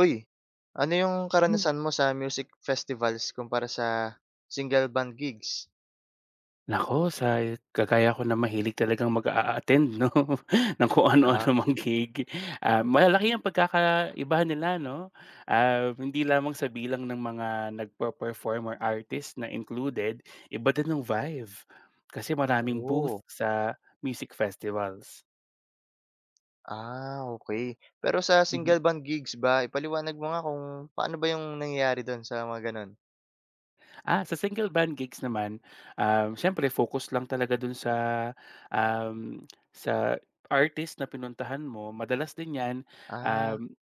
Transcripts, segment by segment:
Uy, ano yung Mhm. karanasan mo sa music festivals kumpara sa single band gigs? Naku, sa kagaya ko na mahilig talagang mag a-attend 'no, ng kung Ah, ano-ano mang gig. Ah, malaki ang pagkakaiba nila 'no, hindi lamang sa bilang ng mga nagpe-perform or artist na included, iba din ang vibe. Kasi maraming booth oo. Oh, sa music festivals. ah, okay. Pero sa Mhm. single band gigs ba, ipaliwanag mo nga kung paano ba yung nangyayari dun sa mga ganun? Ah, sa single band gigs naman, siyempre focus lang talaga dun um, sa artist na pinuntahan mo. Madalas din 'yan, Ah, um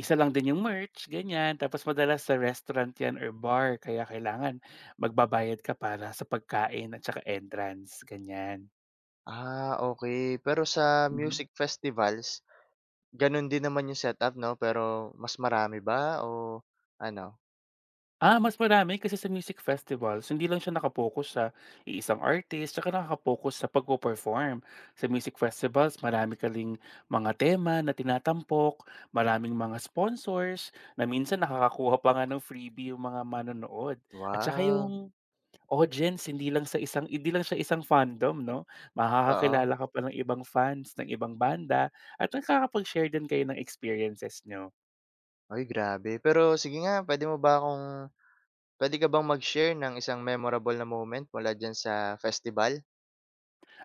Isa lang din yung merch, ganyan. Tapos madalas sa restaurant 'yan or bar kaya kailangan magbabayad ka para sa pagkain at saka entrance, ganyan. ah, okay. Pero sa Mhm. music festivals, ganun din naman yung setup 'no, pero mas marami ba o ano? Ah, mas marami kasi sa music festivals hindi lang siya naka sa iisang artist tsaka nakaka-focus sa pagpo-perform. Sa music festivals marami ka ring mga tema na tinatampok, maraming mga sponsors na minsan nakakakuha pa nga ng freebie yung mga manonood at saka Wow, yung audience, hindi lang siya isang fandom 'no, oo. makakakilala ka pa ng ibang fans ng ibang banda at nakakapag-share din kayo ng experiences niyo. Uy, grabe. Pero sige nga, puwede mo ba akong puwede ka bang mag-share ng isang memorable na moment mula diyan sa festival?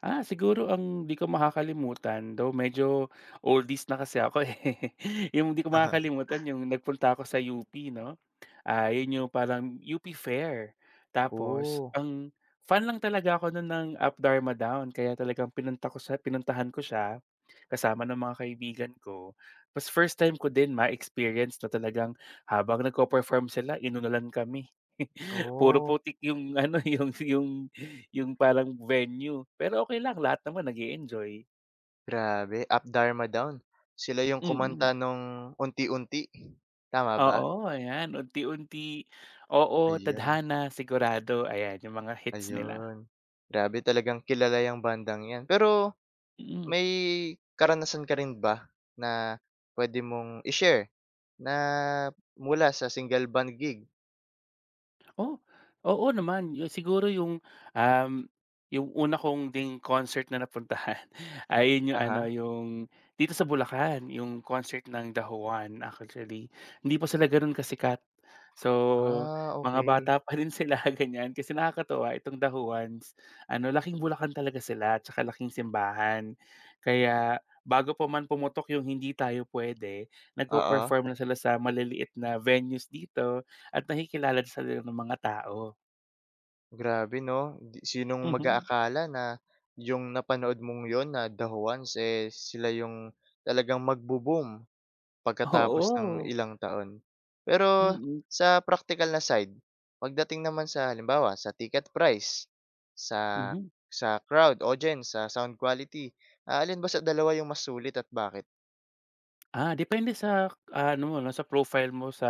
Ah, siguro ang 'di ko makakalimutan, though medyo oldies na kasi ako, eh. Yung di ko makakalimutan yung nagpunta ako sa UP 'no. Ah, yun yung parang UP Fair. Tapos Oh, ang fan lang talaga ako nun ng Up Dharma Down kaya talagang pinuntahan ko siya kasama ng mga kaibigan ko. Tapos first time ko din ma-experience na talagang habang nagko perform sila inunulan kami. Puro oh, putik yung ano, yung parang venue, pero okey lang lahat naman nag-e-enjoy. grabe, Up Dharma Down. Sila yung kumanta Mm, nung Unti-Unti, tama ba? oo, ayan unti-unti oo, Ayun, tadhana, sigurado ayan yung mga hits nila, ayun. Grabe talagang kilala yung bandang 'yan. Pero mm. may karanasan ka rin ba na puwede mong i-share na mula sa single band gig? Oh, oo naman. Yu siguro um, yung una kong ding concert na napuntahan ay yun yung ano, Aha. yung dito sa Bulacan, yung concert ng The Juan actually. Hindi pa sila ganun kasikat. So, Ah, mga okay. bata pa rin sila ganyan kasi nakakatuwa itong The Juans, ano laking Bulacan talaga sila at saka laking simbahan. Kaya bago pa man pumutok yung hindi tayo pwede Oo. nagpe-perform na sila sa maliliit na venues dito at nakikilala sa ng mga tao. Grabe 'no, di sinong Mhm. mag-aakala na yung napanood mong yon na The Juans, eh, sila yung talagang magbo-boom pagkatapos ng Oo. ilang taon. Pero Mm, sa practical na side, pagdating naman sa halimbawa sa ticket price, sa mhm. sa crowd, audience, sa sound quality, ah, alin ba sa dalawa yung mas sulit at bakit? Ah, depende sa ano, 'no, sa profile mo sa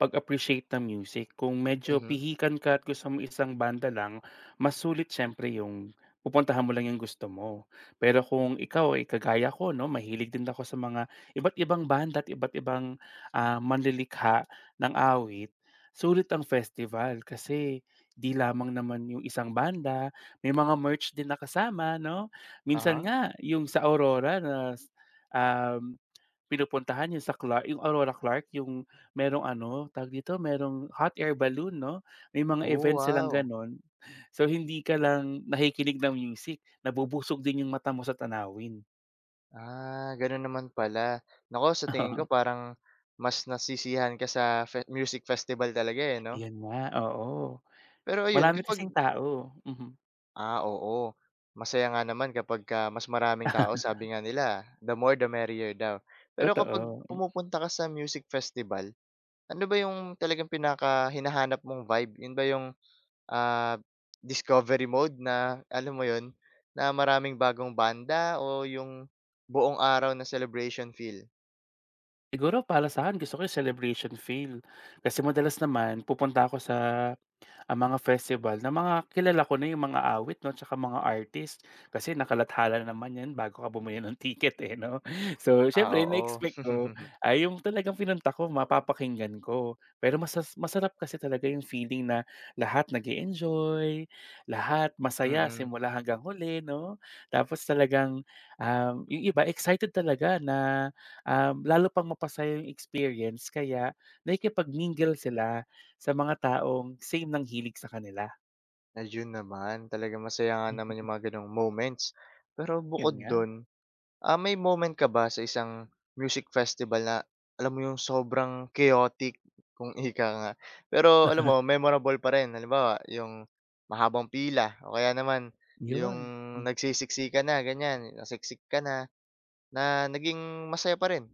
pag-appreciate ng music. Kung medyo Mhm, pihikan ka at gusto mo isang banda lang, mas sulit siyempre yung pupuntahan mo lang yung gusto mo. Pero kung ikaw ay kagaya ko, 'no, mahilig din ako sa mga iba't ibang banda at iba't ibang, manlilikha ng awit, sulit ang festival kasi 'di lamang naman yung isang banda, may mga merch din nakasama 'no? Minsan aha. nga yung sa Aurora na, um Pinupuntahan yung sa Clark yung Aurora Clark yung merong ano, tawag dito, merong hot air balloon 'no? May mga Oh, events silang wow. gano'n. So, hindi ka lang nakikinig ng music, nabubusog din yung mata mo sa tanawin. Ah, gano'n naman pala. Naku, sa tingin ko parang mas nasisihan ka sa music festival talaga, eh, 'no? Ayan nga, oo. Pero ayun Marami kapag, kasing tao, mhm. ah, oo. Masaya nga naman kapag ka mas maraming tao, sabi nga nila, the more the merrier daw. Pero kapag Totoo. pumupunta ka sa music festival, ano ba yung talagang pinaka hinahanap mong vibe? Yun ba yung, ah, discovery mode, na alam mo yun, na maraming bagong banda o yung buong araw na celebration feel? Siguro para sa'kin gusto ko yung celebration feel. Kasi madalas naman pupunta ako sa ang mga festival na mga kilala ko na yung mga awit 'no, tsaka mga artist. Kasi nakalathala na naman 'yan bago ka bumili ng ticket, eh, 'no. So, Ah, syempre oo. ine-expect ko ay yung talagang pinunta ko mapapakinggan ko. Pero masarap kasi talaga yung feeling na lahat nag enjoy lahat masaya Mm. simula hanggang huli 'no. Tapos talagang, yung iba excited talaga na, lalo pang mapasaya yung experience kaya nakikipag-mingle sila sa mga taong same ng hilig sa kanila. Ayun naman, talaga masaya nga naman yung mga gano'ng moments. Pero Yun bukod nga, dun, ah, may moment ka ba sa isang music festival na alam mo yung sobrang chaotic, kung ika nga, pero alam mo memorable pa rin? Halimbawa, yung mahabang pila o kaya naman yung yun. nagsisiksikan na ganyan, nasiksik ka na, na naging masaya pa rin?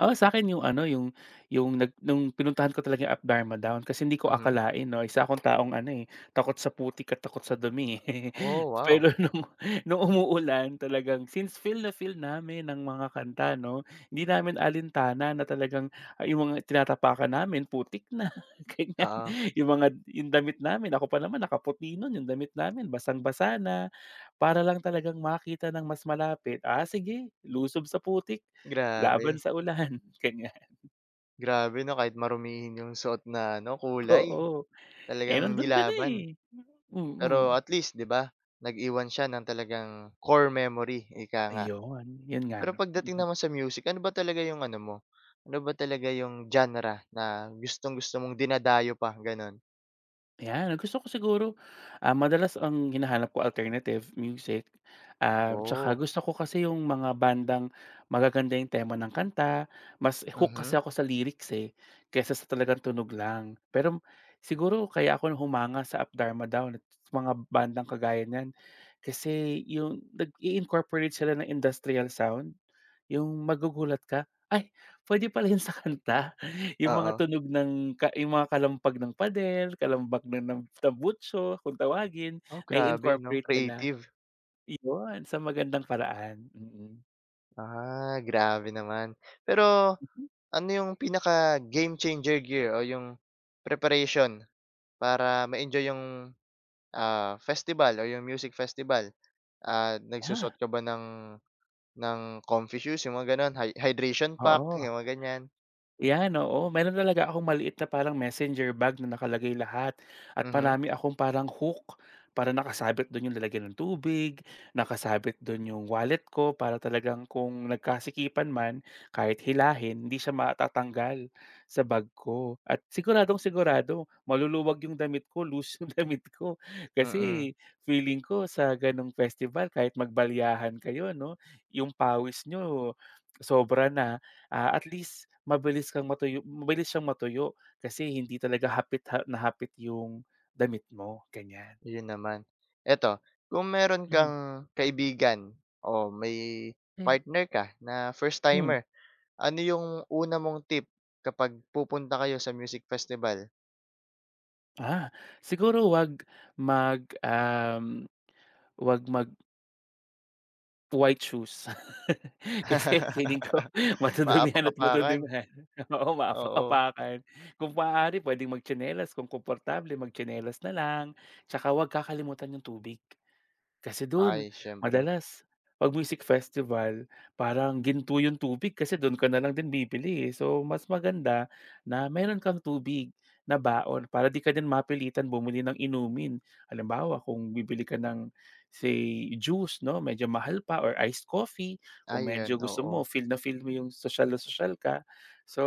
Ah, sa akin yung ano, yung nag nung pinuntahan ko talaga yung Up-Dharma Down kasi hindi ko Mhm. akalain 'no, isa akong taong ano, eh, takot sa putik at takot sa dumi, eh. Oh, wow. Pero nung umuulan talagang since feel na feel namin ng mga kanta 'no, hindi namin alintana na talagang, yung mga tinatapakan namin putik na, ganyan. Oo, Yung damit namin, ako pa naman nakaputi nun, yung damit namin basang-basa na. Para lang talagang makita ng mas malapit, sige lusob sa putik. Laban grabe. sa ulan, ganyan. Grabe 'no, kahit marumihin yung suot na ano, kulay, Oo, eh, talagang nandun ka na, nilaban. eh. Pero Mm. at least 'di ba, nag-iwan siya ng talagang core memory, ika nga. Ayun, yun nga Pero 'no. pagdating naman sa music, ano ba talaga yung ano mo, ano ba talaga yung genre na gustong-gusto mong dinadayo pa, gano'n? Ayan, gusto ko siguro, madalas ang hinahanap ko alternative music, tsaka Oh, gusto ko kasi yung mga bandang magaganda yung tema ng kanta, mas hook kasi mhm, ako sa lyrics, eh, kaysa sa talagang tunog lang. Pero siguro kaya ako humanga sa Up Down at sa mga bandang kagaya niyan, kasi yung nag-i-incorporate sila ng industrial sound, yung magugulat ka, "Ay, puwede pala yun sa kanta." Yung mga oo. tunog ng yung mga kalampag ng padel, kalambak ng tambutso kung tawagin, Oh, grabe 'no, nai-incorporate nila, creative. iyon sa magandang paraan, mm. Ah, grabe naman. Pero Mm. ano yung pinaka game changer gear o yung preparation para ma-enjoy yung, ah, festival or yung music festival, ah, nagsusuot Ah, ka ba ng comfy shoes, yung mga gano'n, hydration pack, oo. yung mga ganyan? Yan, oo. Meron talaga akong maliit na parang messenger bag na nakalagay lahat at Mhm, marami akong parang hook para nakasabit doon yung lalagyan ng tubig, nakasabit doon yung wallet ko para talagang kung nagkasikipan man, kahit hilahin hindi siya matatanggal sa bag ko. At siguradong-sigurado maluluwag yung damit ko, loose yung damit ko. mm. Kasi feeling ko sa gano'ng festival kahit magbalyahan kayo 'no, yung pawis niyo sobra na, at least mabilis kang matuyo mabilis siyang matuyo kasi hindi talaga hapit na hapit yung damit mo, ganyan. Yun naman. Eto, kung meron Mhm. kang kaibigan o may Hmm. partner ka na first Hmm, timer, ano yung una mong tip kapag pupunta kayo sa music festival? ah, siguro mag, um, 'wag mag white shoes. Kasi feeling ko matudumihan at Maapak-apakan, madudumihan. Oo, oo. maapak-apakan. Kung maaari puwedeng magtsinelas, kung komportable magtsinelas na lang, 'tsaka 'wag kakalimutan yung tubig. Kasi dun Ay siyempre. madalas 'pag music festival parang ginto yung tubig kasi dun ka na lang din bibili, eh. So, mas maganda na meron kang tubig na baon para di ka din mapilitan bumili ng inumin. Halimbawa, kung bibili ka ng say juice 'no, medyo mahal pa or iced coffee Ay kung yun, medyo gusto oo. mo feel na feel mo yung social na social ka. So,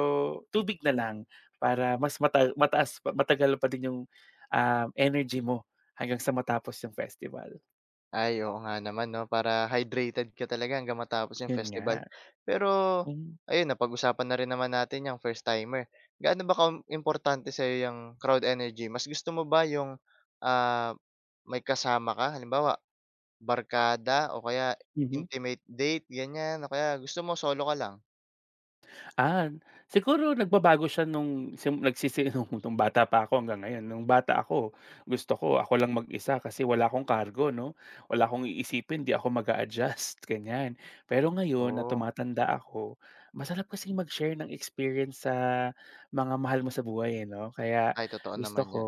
tubig na lang para mas matagal pa din yung, energy mo hanggang sa matapos yung festival. Ay, oo nga naman 'no, para hydrated ka talaga hanggang matapos yung Yun festival. nga, Pero hmm, ayun, napag-usapan na rin naman natin yung first timer. Gaano ba ka importante sa'yo yung crowd energy? Mas gusto mo ba yung, ah, may kasama ka, halimbawa barkada o kaya mhm. intimate date ganyan, o kaya gusto mo solo ka lang? Ah, siguro nagbabago siya nung sim nagsisi nung bata pa ako hanggang ngayon. Nung bata ako, gusto ko ako lang mag-isa kasi wala akong cargo 'no, wala akong iisipin, 'di ako mag adjust ganyan. Pero ngayon na Oh, tumatanda ako, masarap kasi mag-share ng experience sa mga mahal mo sa buhay, eh, 'no. Kaya ay totoo gusto naman ko 'yan.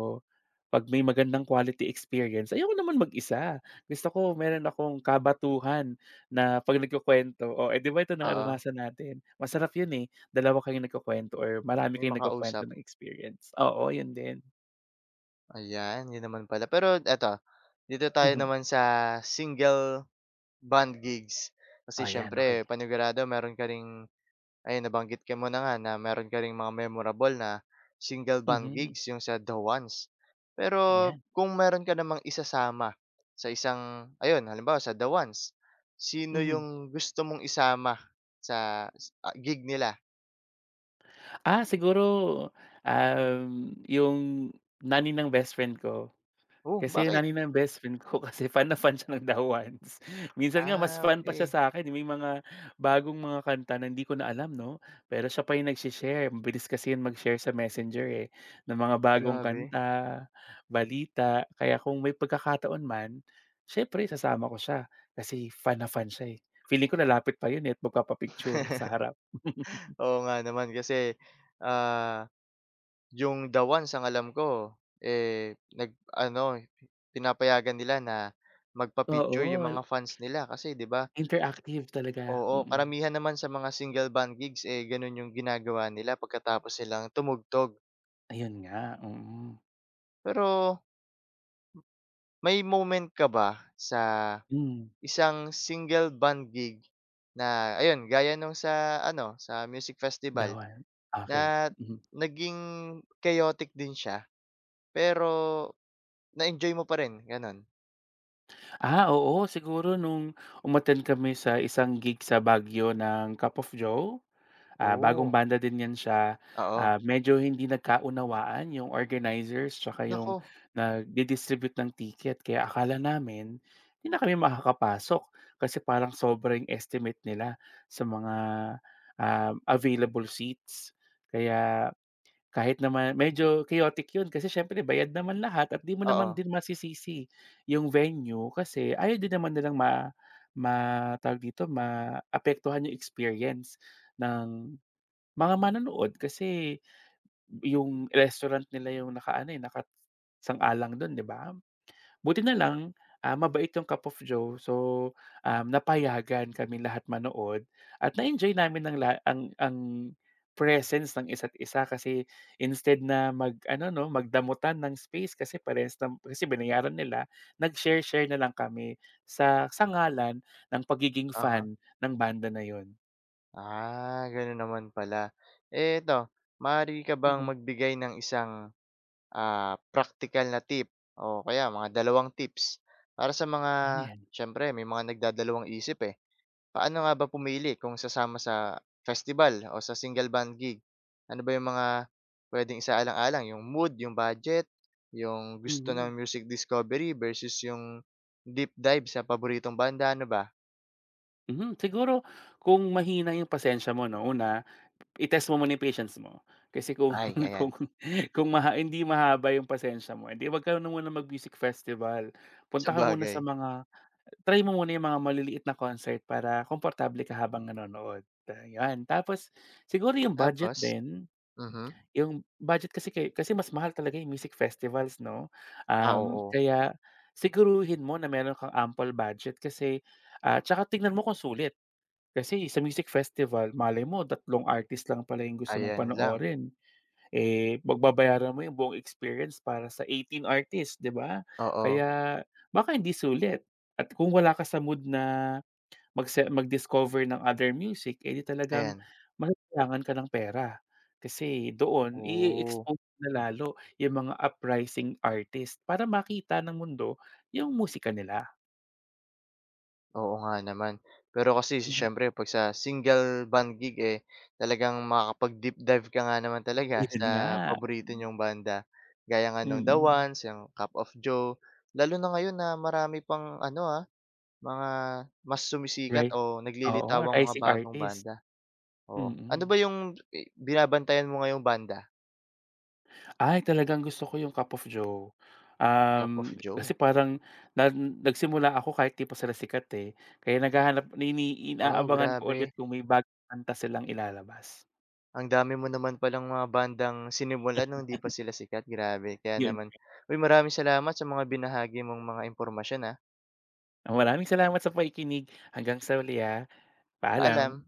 'pag may magandang quality experience, ayoko naman mag-isa. Gusto ko meron akong kabatuhan na 'pag nagkukuwento, "Oh, eh, 'di ba ito Oo, naranasan natin?" Masarap 'yun, eh. Dalawa kayong nagkukuwento or marami may kayong makausap, nagkukuwento ng experience? Oo, yun din. ayan, yun naman pala. Pero eto, dito tayo Mhm. naman sa single band gigs. Kasi Oh, yan okey. siyempre panigurado meron ka ring ayun, nabanggit ka mo na nga na meron ka ring mga memorable na single band Mhm, gigs yung sa The Ones. Pero ayan. kung meron ka namang isasama sa isang ayun, halimbawa sa The Ones, sino Mhm. yung gusto mong isama sa gig nila? Ah, siguro, yung nanay ng bestfriend ko. Oh, Kasi yung bakit? nanay ng best friend ko kasi fan na fan siya ng The Ones. Minsan nga mas Ah, fan pa siya okay. sa'kin, eh, may mga bagong mga kanta na hindi ko na alam 'no, pero siya pa yung nagse-share. Mabilis kasi yun mag-share sa Messenger, eh, ng mga bagong Grabe. kanta, balita. Kaya kung may pagkakataon man, siyempre sasama ko siya kasi fan na fan siya, eh. Feeling ko lalapit pa yun, eh, at magpapa-picture sa harap. Oo nga naman kasi, ah, yung The Ones ang alam ko, eh, nag-ano, pinapayagan nila na magpa-picture yung Oo, mga fans nila kasi 'di ba, interactive talaga, oo, mm. karamihan naman sa mga single band gigs, eh, gano'n yung ginagawa nila pagkatapos silang tumugtog. Ayun nga, mm. Pero may moment ka ba sa Hmm. isang single band gig na ayun, gaya nung sa ano, sa music festival Dawan, okey, na mhm. naging chaotic din siya pero na-enjoy mo pa rin, gano'n? Ah, oo siguro nung umattend kami sa isang gig sa Baguio ng Cup of Joe, bagong Oh, banda din 'yan siya. oo. Ah, medyo hindi nagkaunawaan yung organizers tsaka Naku, yung nagdi-distribute ng ticket kaya akala namin hindi na kami makakapasok kasi parang sobra yung estimate nila sa mga, available seats. Kaya Kahit naman medyo chaotic 'yun kasi siyempre bayad naman lahat at 'di mo oo, naman din masisisi yung venue kasi ayaw din naman nilang ma ma tawag dito, maapektuhan yung experience ng mga manonood kasi yung restaurant nila yung nakaano, eh, nakasang-alang dun, 'di ba? Buti na lang, mabait yung Cup of Joe so, napayagan kami lahat manood at na-enjoy namin ang la ang presence ng isa't isa kasi instead na mag-ano 'no, magdamutan ng space kasi parehas kasi binayaran nila, nag-share-share na lang kami sa sangalan ng pagiging uh-huh. fan ng banda na yon. Ah, gano'n naman pala. Eh, ito, maaari ka bang Mhm. magbigay ng isang, ah, practical na tip o kaya mga dalawang tips para sa mga Ano yan? siyempre may mga nagdadalawang isip, eh. Paano nga ba pumili kung sasama sa festival o sa single band gig? Ano ba yung mga pwedeng isaalang-alang, yung mood, yung budget, yung gusto Mhm. ng music discovery versus yung deep dive sa paboritong banda, ano ba? Mhm. Siguro kung mahina yung pasensya mo 'no, una I-test mo muna yung patience mo. Kasi kung Ay, ayan. kung kung maha hindi mahaba yung pasensya mo, hindi 'wag ka na muna mag-music festival. Sa Punta ka muna sa bagay. mga try mo muna yung mga maliliit na concert para komportable ka habang nanonood, ayan. Tapos siguro yung budget Tapos? din, Mhm. yung budget kasi mas mahal talaga yung music festivals 'no, Ah, oo. kaya siguruhin mo na meron kang ample budget kasi, 'tsaka tignan mo kung sulit. Kasi sa music festival, malay mo tatlong artist lang pala yung gusto mong Ayan lang. panoorin, eh, pagbabayaran mo yung buong experience para sa 18 artists 'di ba? Oo, Kaya baka hindi sulit at kung wala ka sa mood na mag-discover ng other music, eh, di talagang ayan. mangingilangan ka ng pera. Kasi doon Oh, i-expose na lalo yung mga uprising artist para makita ng mundo yung musika nila. oo nga naman. Pero kasi Hmm, siyempre 'pag sa single band gig, eh, talagang makakapag-deep dive ka nga naman talaga ayun sa nga. paborito niyong banda. Gaya nga nung The Mm. Ones, yung Cup of Joe. Lalo na ngayon na marami pang ano, ah, mga mas sumisikat Right. o Oo, naglilitawang mga rising bagong artist. banda, oo. Ano Mm. ba yung binabantayan mo ngayong banda? Ay, talagang gusto ko yung Cup of Joe. Cup Um, of kasi Joe? parang nag nagsimula ako kahit 'di pa sila sikat, eh. Kaya naghahanap Wow, inaabangan ko ulit grabe. kung may bagong kanta silang ilalabas. Ang dami mo naman palang mga bandang sinimulan nung hindi pa sila sikat, grabe. Kaya Yun, naman uy, maraming salamat sa mga binahagi mong mga impormasyon, ah. maraming salamat sa pakikinig. Hanggang sa huli, ah. Paalam. Paalam.